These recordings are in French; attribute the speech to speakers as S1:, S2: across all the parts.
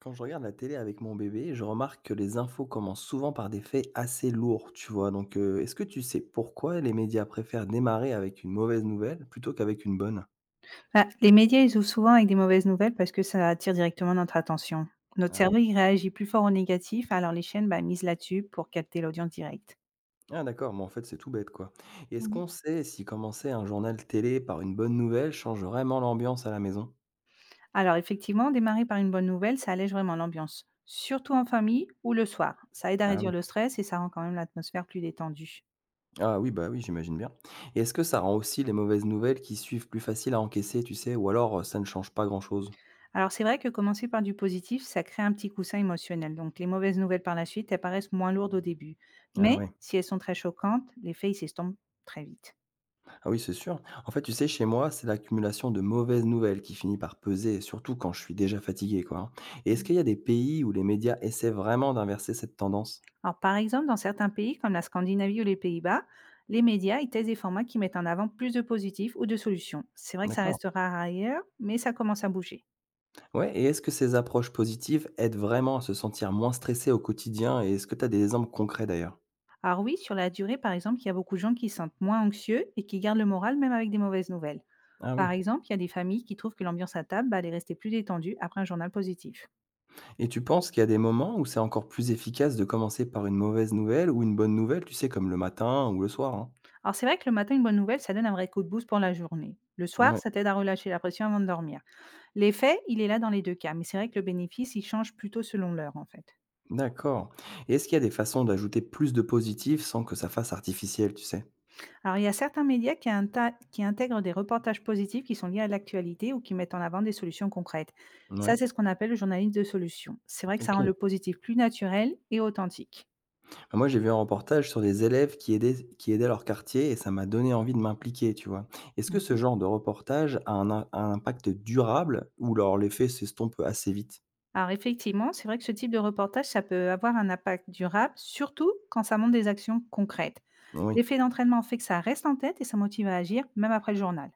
S1: Quand je regarde la télé avec mon bébé, je remarque que les infos commencent souvent par des faits assez lourds, tu vois. Donc, est-ce que tu sais pourquoi les médias préfèrent démarrer avec une mauvaise nouvelle plutôt qu'avec une bonne?
S2: Bah, les médias, ils ouvrent souvent avec des mauvaises nouvelles parce que ça attire directement notre attention. Notre
S1: Ah,
S2: cerveau, il réagit plus fort au négatif, alors les chaînes misent là-dessus pour capter l'audience directe.
S1: Ah, d'accord, mais en fait, c'est tout bête, quoi. Et est-ce qu'on
S2: Mhm.
S1: sait si commencer un journal télé par une bonne nouvelle change vraiment l'ambiance à la maison?
S2: Alors effectivement, démarrer par une bonne nouvelle, ça allège vraiment l'ambiance, surtout en famille ou le soir. Ça aide à
S1: Ah oui.
S2: réduire le stress et ça rend quand même l'atmosphère plus détendue.
S1: Ah oui, bah oui, j'imagine bien. Et est-ce que ça rend aussi les mauvaises nouvelles qui suivent plus faciles à encaisser, tu sais, ou alors ça ne change pas grand-chose?
S2: Alors c'est vrai que commencer par du positif, ça crée un petit coussin émotionnel. Donc les mauvaises nouvelles par la suite, elles paraissent moins lourdes au début.
S1: Ah oui.
S2: Mais si elles sont très choquantes, l'effet, il s'estompe très vite.
S1: Ah oui, c'est sûr. En fait, tu sais, chez moi, c'est l'accumulation de mauvaises nouvelles qui finit par peser, surtout quand je suis déjà fatigué, quoi, hein. Et est-ce qu'il y a des pays où les médias essaient vraiment d'inverser cette tendance?
S2: Alors, par exemple, dans certains pays comme la Scandinavie ou les Pays-Bas, les médias ils testent des formats qui mettent en avant plus de positifs ou de solutions. C'est vrai que ça
S1: D'accord.
S2: restera ailleurs, mais ça commence à bouger.
S1: Ouais, et est-ce que ces approches positives aident vraiment à se sentir moins stressé au quotidien? Et est-ce que tu as des exemples concrets d'ailleurs?
S2: Alors oui, sur la durée, par exemple, il y a beaucoup de gens qui se sentent moins anxieux et qui gardent le moral même avec des mauvaises nouvelles.
S1: Ah oui.
S2: Par exemple, il y a des familles qui trouvent que l'ambiance à table elle est restée plus détendue après un journal positif.
S1: Et tu penses qu'il y a des moments où c'est encore plus efficace de commencer par une mauvaise nouvelle ou une bonne nouvelle, tu sais, comme le matin ou le soir, hein?
S2: Alors c'est vrai que le matin, une bonne nouvelle, ça donne un vrai coup de boost pour la journée. Le soir,
S1: Ouais,
S2: ça t'aide à relâcher la pression avant de dormir. L'effet, il est là dans les deux cas, mais c'est vrai que le bénéfice, il change plutôt selon l'heure en fait.
S1: d'accord. Et est-ce qu'il y a des façons d'ajouter plus de positif sans que ça fasse artificiel, tu sais?
S2: Alors, il y a certains médias qui, qui intègrent des reportages positifs qui sont liés à l'actualité ou qui mettent en avant des solutions concrètes.
S1: Ouais.
S2: Ça, c'est ce qu'on appelle le journalisme de solution. C'est vrai que ça rend
S1: OK.
S2: le positif plus naturel et authentique.
S1: Bah, moi, j'ai vu un reportage sur des élèves qui aidaient leur quartier et ça m'a donné envie de m'impliquer, tu vois? Est-ce que ce
S2: Mhm.
S1: genre de reportage a un impact durable ou alors l'effet s'estompe assez vite?
S2: Alors, effectivement, c'est vrai que ce type de reportage, ça peut avoir un impact durable, surtout quand ça montre des actions concrètes.
S1: Oui,
S2: L'effet d'entraînement fait que ça reste en tête et ça motive à agir, même après le journal.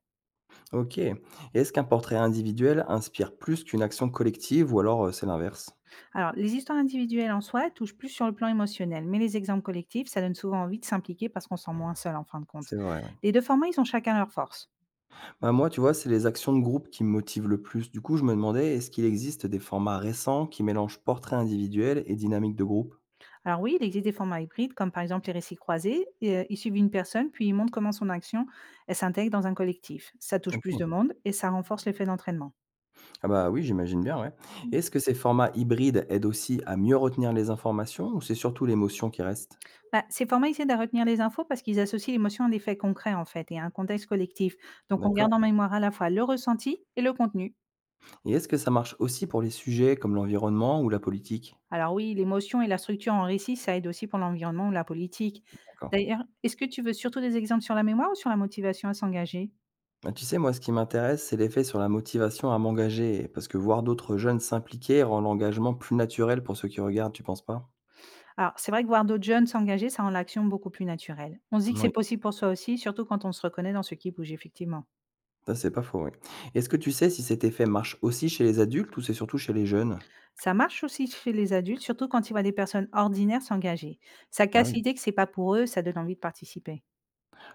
S1: OK. Et est-ce qu'un portrait individuel inspire plus qu'une action collective ou alors, c'est l'inverse?
S2: Alors, les histoires individuelles en soi touchent plus sur le plan émotionnel, mais les exemples collectifs, ça donne souvent envie de s'impliquer parce qu'on se sent moins seul en fin de compte.
S1: C'est vrai, ouais.
S2: Les deux formats, ils ont chacun leur force.
S1: Bah, moi, tu vois, c'est les actions de groupe qui me motivent le plus. Du coup, je me demandais, est-ce qu'il existe des formats récents qui mélangent portrait individuel et dynamique de groupe?
S2: Alors oui, il existe des formats hybrides, comme par exemple les récits croisés. Et, ils suivent une personne, puis ils montrent comment son action, elle s'intègre dans un collectif. Ça touche plus de
S1: OK.
S2: monde et ça renforce l'effet d'entraînement.
S1: Ah bah, oui, j'imagine bien, ouais.
S2: Mhm.
S1: Est-ce que ces formats hybrides aident aussi à mieux retenir les informations ou c'est surtout l'émotion qui reste?
S2: Bah, ces formats, ils aident à retenir les infos parce qu'ils associent l'émotion à des faits concrets, en fait, et à un contexte collectif. Donc, on garde
S1: D'accord.
S2: en mémoire à la fois le ressenti et le contenu.
S1: Et est-ce que ça marche aussi pour les sujets comme l'environnement ou la politique?
S2: Alors oui, l'émotion et la structure en récit, ça aide aussi pour l'environnement ou la politique.
S1: D'accord.
S2: D'ailleurs, est-ce que tu veux surtout des exemples sur la mémoire ou sur la motivation à s'engager?
S1: Bah, tu sais, moi, ce qui m'intéresse, c'est l'effet sur la motivation à m'engager, parce que voir d'autres jeunes s'impliquer rend l'engagement plus naturel pour ceux qui regardent, tu penses pas?
S2: Alors, c'est vrai que voir d'autres jeunes s'engager, ça rend l'action beaucoup plus naturelle. On se dit que c'est
S1: Oui,
S2: possible pour soi aussi, surtout quand on se reconnaît dans ce qui bouge, effectivement.
S1: ça c'est pas faux, oui. Est-ce que tu sais si cet effet marche aussi chez les adultes ou c'est surtout chez les jeunes?
S2: Ça marche aussi chez les adultes, surtout quand ils voient des personnes ordinaires s'engager. Ça
S1: Ah
S2: casse
S1: oui.
S2: l'idée que c'est pas pour eux, ça donne envie de participer.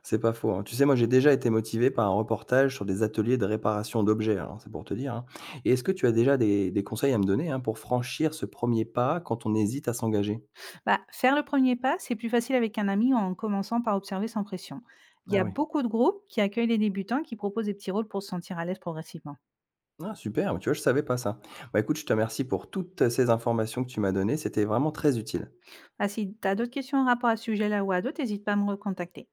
S1: C'est pas faux, hein. Tu sais, moi, j'ai déjà été motivé par un reportage sur des ateliers de réparation d'objets, alors c'est pour te dire, hein. Et est-ce que tu as déjà des conseils à me donner, hein, pour franchir ce premier pas quand on hésite à s'engager?
S2: Bah, faire le premier pas, c'est plus facile avec un ami en commençant par observer sans pression. Il y
S1: Ah
S2: a
S1: oui.
S2: beaucoup de groupes qui accueillent les débutants qui proposent des petits rôles pour se sentir à l'aise progressivement.
S1: Ah super, tu vois, je savais pas ça. Bah écoute, je te remercie pour toutes ces informations que tu m'as données, c'était vraiment très utile.
S2: Ah, si tu as d'autres questions en rapport à ce sujet-là ou à d'autres, n'hésite pas à me recontacter.